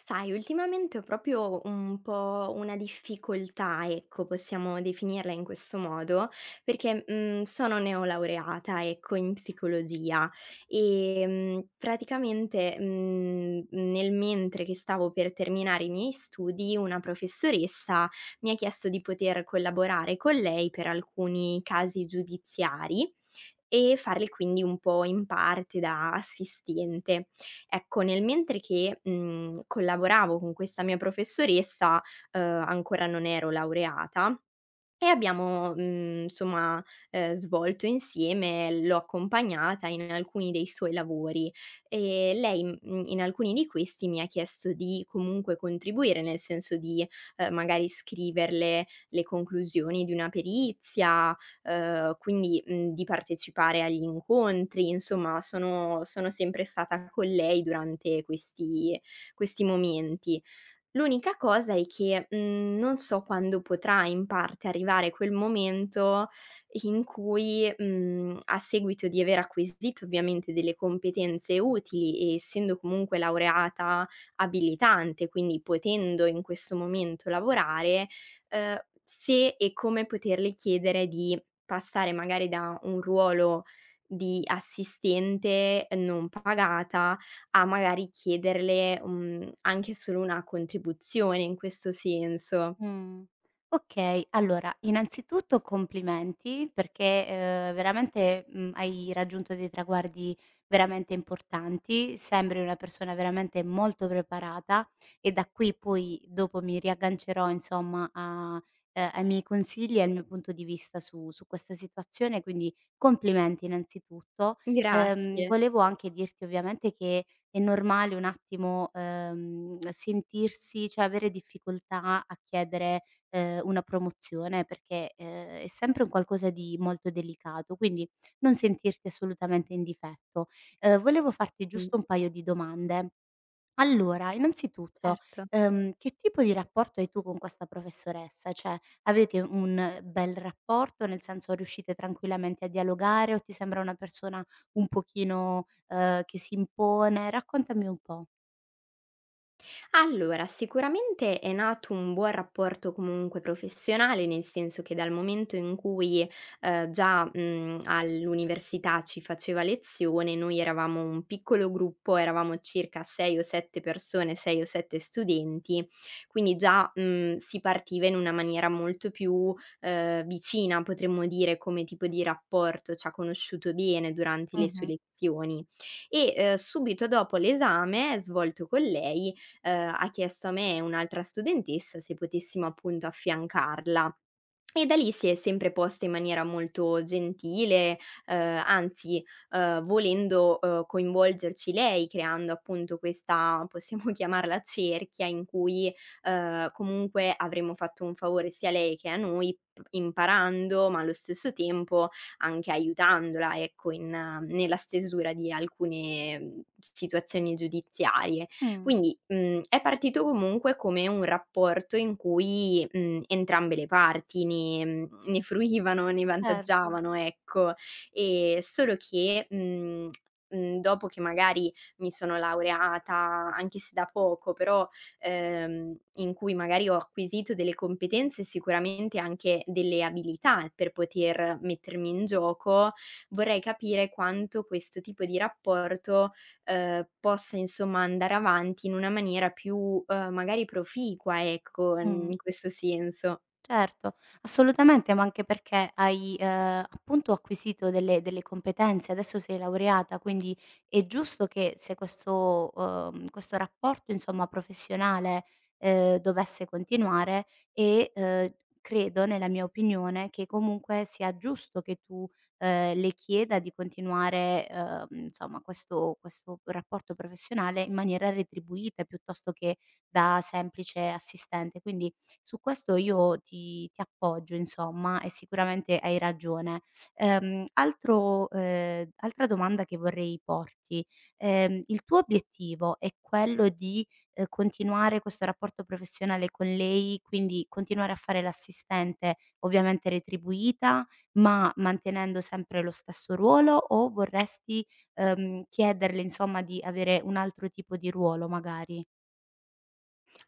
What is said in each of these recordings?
Sai, ultimamente ho proprio un po' una difficoltà, ecco, possiamo definirla in questo modo, perché, sono neolaureata, ecco, in psicologia e, praticamente, nel mentre che stavo per terminare i miei studi, una professoressa mi ha chiesto di poter collaborare con lei per alcuni casi giudiziari e farli quindi un po' in parte da assistente. Ecco, nel mentre che, collaboravo con questa mia professoressa, ancora non ero laureata, e abbiamo, insomma, svolto insieme, l'ho accompagnata in alcuni dei suoi lavori e lei, in alcuni di questi mi ha chiesto di comunque contribuire, nel senso di, magari scriverle le conclusioni di una perizia, quindi, di partecipare agli incontri, insomma sono sempre stata con lei durante questi momenti. L'unica cosa è che, non so quando potrà in parte arrivare quel momento in cui, a seguito di aver acquisito ovviamente delle competenze utili e essendo comunque laureata abilitante, quindi potendo in questo momento lavorare, se e come poterle chiedere di passare magari da un ruolo di assistente non pagata a magari chiederle, anche solo una contribuzione in questo senso. Mh. Okay, allora innanzitutto complimenti perché, veramente, hai raggiunto dei traguardi veramente importanti, sembri una persona veramente molto preparata e da qui poi dopo mi riaggancerò insomma a ai miei consigli e al mio punto di vista su questa situazione, quindi complimenti innanzitutto. Grazie. Volevo anche dirti ovviamente che è normale un attimo, sentirsi, cioè avere difficoltà a chiedere, una promozione, perché, è sempre un qualcosa di molto delicato, quindi non sentirti assolutamente in difetto. Volevo farti Mh, giusto un paio di domande. Allora, innanzitutto, certo. Che tipo di rapporto hai tu con questa professoressa? Cioè, avete un bel rapporto, nel senso riuscite tranquillamente a dialogare o ti sembra una persona un pochino, che si impone? Raccontami un po'. Allora, sicuramente è nato un buon rapporto comunque professionale, nel senso che dal momento in cui, già, all'università ci faceva lezione, noi eravamo un piccolo gruppo, eravamo circa 6 o 7 persone, 6 o 7 studenti, quindi già, si partiva in una maniera molto più, vicina, potremmo dire, come tipo di rapporto, ci ha conosciuto bene durante le sue Mh-mh. lezioni. E, subito dopo l'esame svolto con lei ha chiesto a me e un'altra studentessa se potessimo appunto affiancarla e da lì si è sempre posta in maniera molto gentile, anzi, volendo, coinvolgerci lei creando appunto questa, possiamo chiamarla cerchia, in cui, comunque avremmo fatto un favore sia a lei che a noi p imparando, ma allo stesso tempo anche aiutandola, ecco, in nella stesura di alcune, situazioni giudiziarie. Mh, Quindi, è partito comunque come un rapporto in cui, entrambe le parti ne ne fruivano, ne certo. vantaggiavano, ecco. Solo che, dopo che magari mi sono laureata, anche se da poco, però, in cui magari ho acquisito delle competenze e sicuramente anche delle abilità per poter mettermi in gioco, vorrei capire quanto questo tipo di rapporto possa insomma andare avanti in una maniera più, magari proficua, ecco, Mh. in questo senso. Certo, assolutamente, ma anche perché hai, appunto acquisito delle competenze, adesso sei laureata, quindi è giusto che se questo questo rapporto insomma professionale, dovesse continuare e, credo, nella mia opinione, che comunque sia giusto che tu, le chieda di continuare, insomma questo rapporto professionale in maniera retribuita piuttosto che da semplice assistente. Quindi su questo io ti appoggio insomma e sicuramente hai ragione. Altro altra domanda che vorrei porti: il tuo obiettivo è quello di, continuare questo rapporto professionale con lei, quindi continuare a fare l'assistente, ovviamente retribuita, ma mantenendo sempre lo stesso ruolo o vorresti, chiederle insomma di avere un altro tipo di ruolo magari?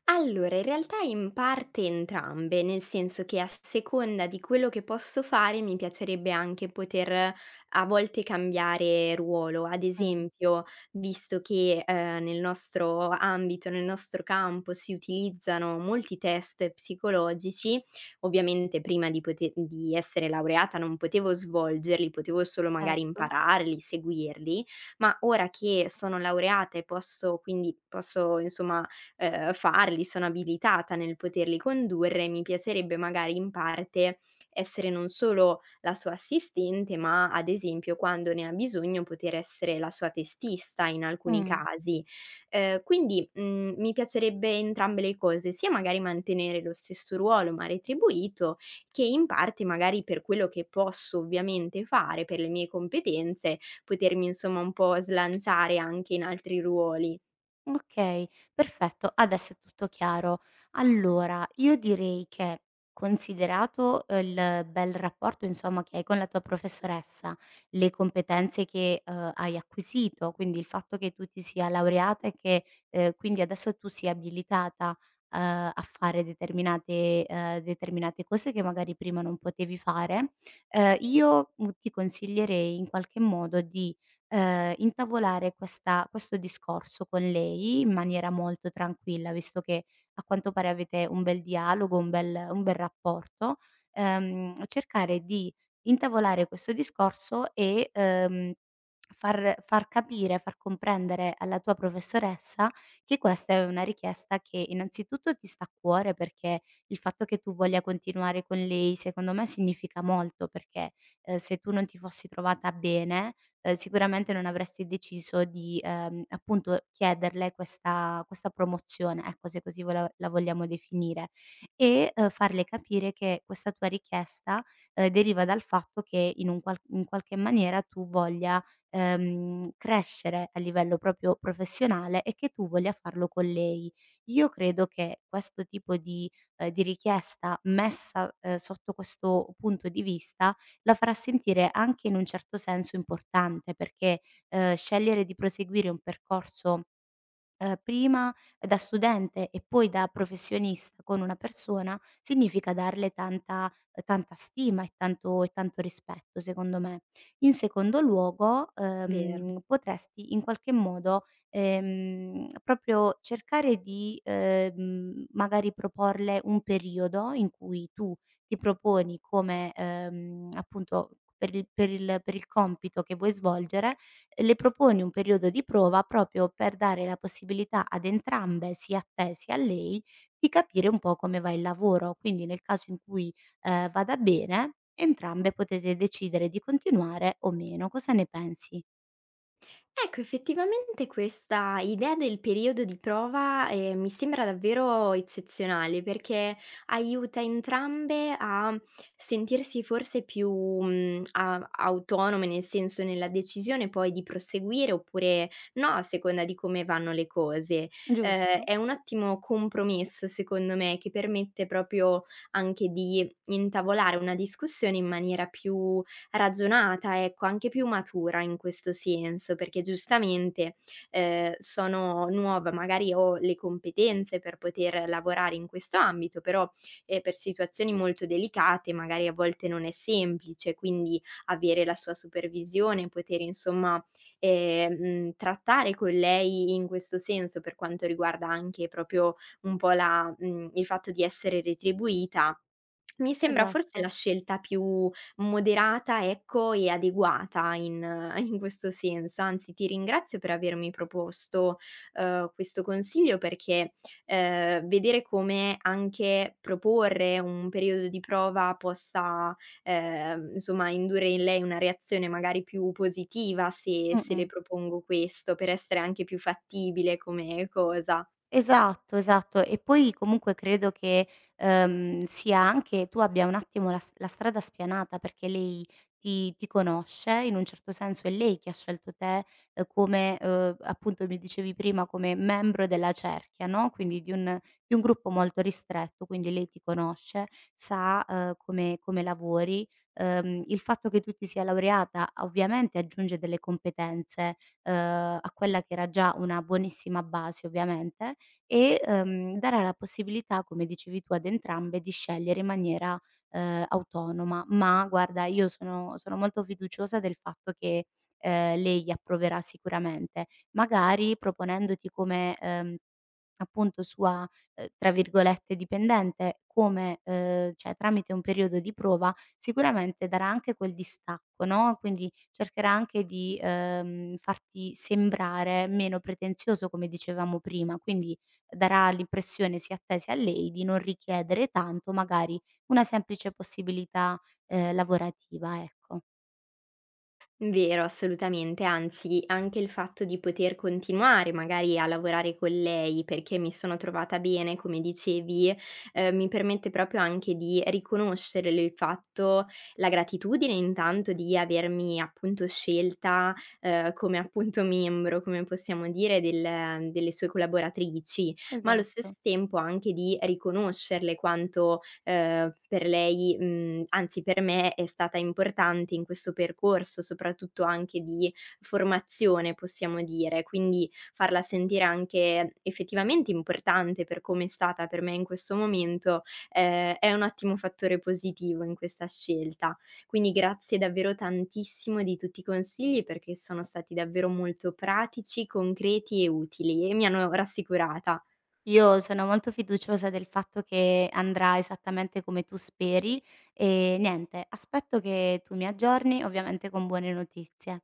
Allora, in realtà in parte entrambe, nel senso che a seconda di quello che posso fare mi piacerebbe anche poter a volte cambiare ruolo. Ad Mh, esempio, visto che nel nostro ambito, nel nostro campo si utilizzano molti test psicologici, ovviamente prima di, di essere laureata non potevo svolgerli, potevo solo magari certo. impararli, seguirli, ma ora che sono laureata e posso, quindi posso insomma farli, sono abilitata nel poterli condurre e mi piacerebbe magari in parte essere non solo la sua assistente, ma ad esempio quando ne ha bisogno poter essere la sua testista in alcuni Mh. casi. Quindi, mi piacerebbe entrambe le cose, sia magari mantenere lo stesso ruolo ma retribuito, che in parte magari per quello che posso ovviamente fare, per le mie competenze, potermi insomma un po' slanciare anche in altri ruoli. Okay, perfetto, adesso è tutto chiaro. Allora, io direi che, considerato il bel rapporto, insomma, che hai con la tua professoressa, le competenze che, hai acquisito, quindi il fatto che tu ti sia laureata e che, quindi adesso tu sia abilitata, uhm, a fare determinate determinate cose che magari prima non potevi fare, io, ti consiglierei in qualche modo di intavolare questa questo discorso con lei in maniera molto tranquilla, visto che a quanto pare avete un bel dialogo, un bel rapporto, cercare di intavolare questo discorso e, far capire, far comprendere alla tua professoressa che questa è una richiesta che innanzitutto ti sta a cuore, perché il fatto che tu voglia continuare con lei secondo me significa molto, perché, se tu non ti fossi trovata bene sicuramente non avresti deciso di, appunto chiederle questa promozione, ecco, se così vola la vogliamo definire, e, farle capire che questa tua richiesta, deriva dal fatto che in un qual in qualche maniera tu voglia, crescere a livello proprio professionale e che tu voglia farlo con lei. Io credo che questo tipo di richiesta messa, sotto questo punto di vista la farà sentire anche in un certo senso importante, perché, scegliere di proseguire un percorso prima da studente e poi da professionista con una persona, significa darle tanta tanta stima e tanto rispetto, secondo me. In secondo luogo, Vero. Potresti in qualche modo, proprio cercare di, magari proporle un periodo in cui tu ti proponi come, appunto per il compito che vuoi svolgere, le proponi un periodo di prova proprio per dare la possibilità ad entrambe, sia a te sia a lei, di capire un po' come va il lavoro. Quindi nel caso in cui, vada bene, entrambe potete decidere di continuare o meno. Cosa ne pensi? Ecco, effettivamente questa idea del periodo di prova, mi sembra davvero eccezionale, perché aiuta entrambe a sentirsi forse più, a autonome, nel senso, nella decisione poi di proseguire oppure no, a seconda di come vanno le cose. Giusto, È un ottimo compromesso, secondo me, che permette proprio anche di intavolare una discussione in maniera più ragionata, ecco, anche più matura in questo senso, perché giustamente, sono nuova, magari ho le competenze per poter lavorare in questo ambito, però, per situazioni molto delicate magari a volte non è semplice, quindi avere la sua supervisione, poter insomma, trattare con lei in questo senso, per quanto riguarda anche proprio un po' la il fatto di essere retribuita mi sembra forse esatto. la scelta più moderata, ecco, e adeguata in in questo senso. Anzi, ti ringrazio per avermi proposto, questo consiglio perché, vedere come anche proporre un periodo di prova possa, insomma indurre in lei una reazione magari più positiva se le Mh-mh. propongo questo, per essere anche più fattibile come cosa. Esatto, esatto. E poi comunque credo che, sia anche tu abbia un attimo la s la strada spianata, perché lei ti conosce, in un certo senso è lei che ha scelto te, come, appunto mi dicevi prima, come membro della cerchia, no, quindi di un gruppo molto ristretto, quindi lei ti conosce, sa, come lavori. Il fatto che tu ti sia laureata ovviamente aggiunge delle competenze, uhm, a quella che era già una buonissima base ovviamente, e, darà la possibilità, come dicevi tu, ad entrambe di scegliere in maniera, autonoma. Ma guarda, io sono molto fiduciosa del fatto che, lei approverà sicuramente, magari proponendoti come, appunto sua, tra virgolette "dipendente" come cioè tramite un periodo di prova, sicuramente darà anche quel distacco, no, quindi cercherà anche di, farti sembrare meno pretenzioso, come dicevamo prima, quindi darà l'impressione sia a te sia a lei di non richiedere tanto, magari una semplice possibilità, lavorativa, ecco. Vero, assolutamente, anzi anche il fatto di poter continuare magari a lavorare con lei perché mi sono trovata bene, come dicevi, mi permette proprio anche di riconoscere l il fatto, la gratitudine intanto di avermi appunto scelta, come appunto membro, come possiamo dire, delle sue collaboratrici, ma allo Esatto. stesso tempo anche di riconoscerle quanto per lei, anzi per me è stata importante in questo percorso, soprattutto anche di formazione possiamo dire, quindi farla sentire anche effettivamente importante per come è stata per me in questo momento, è un ottimo fattore positivo in questa scelta. Quindi grazie davvero tantissimo di tutti i consigli perché sono stati davvero molto pratici, concreti e utili e mi hanno rassicurata. Io sono molto fiduciosa del fatto che andrà esattamente come tu speri e niente, aspetto che tu mi aggiorni, ovviamente con buone notizie.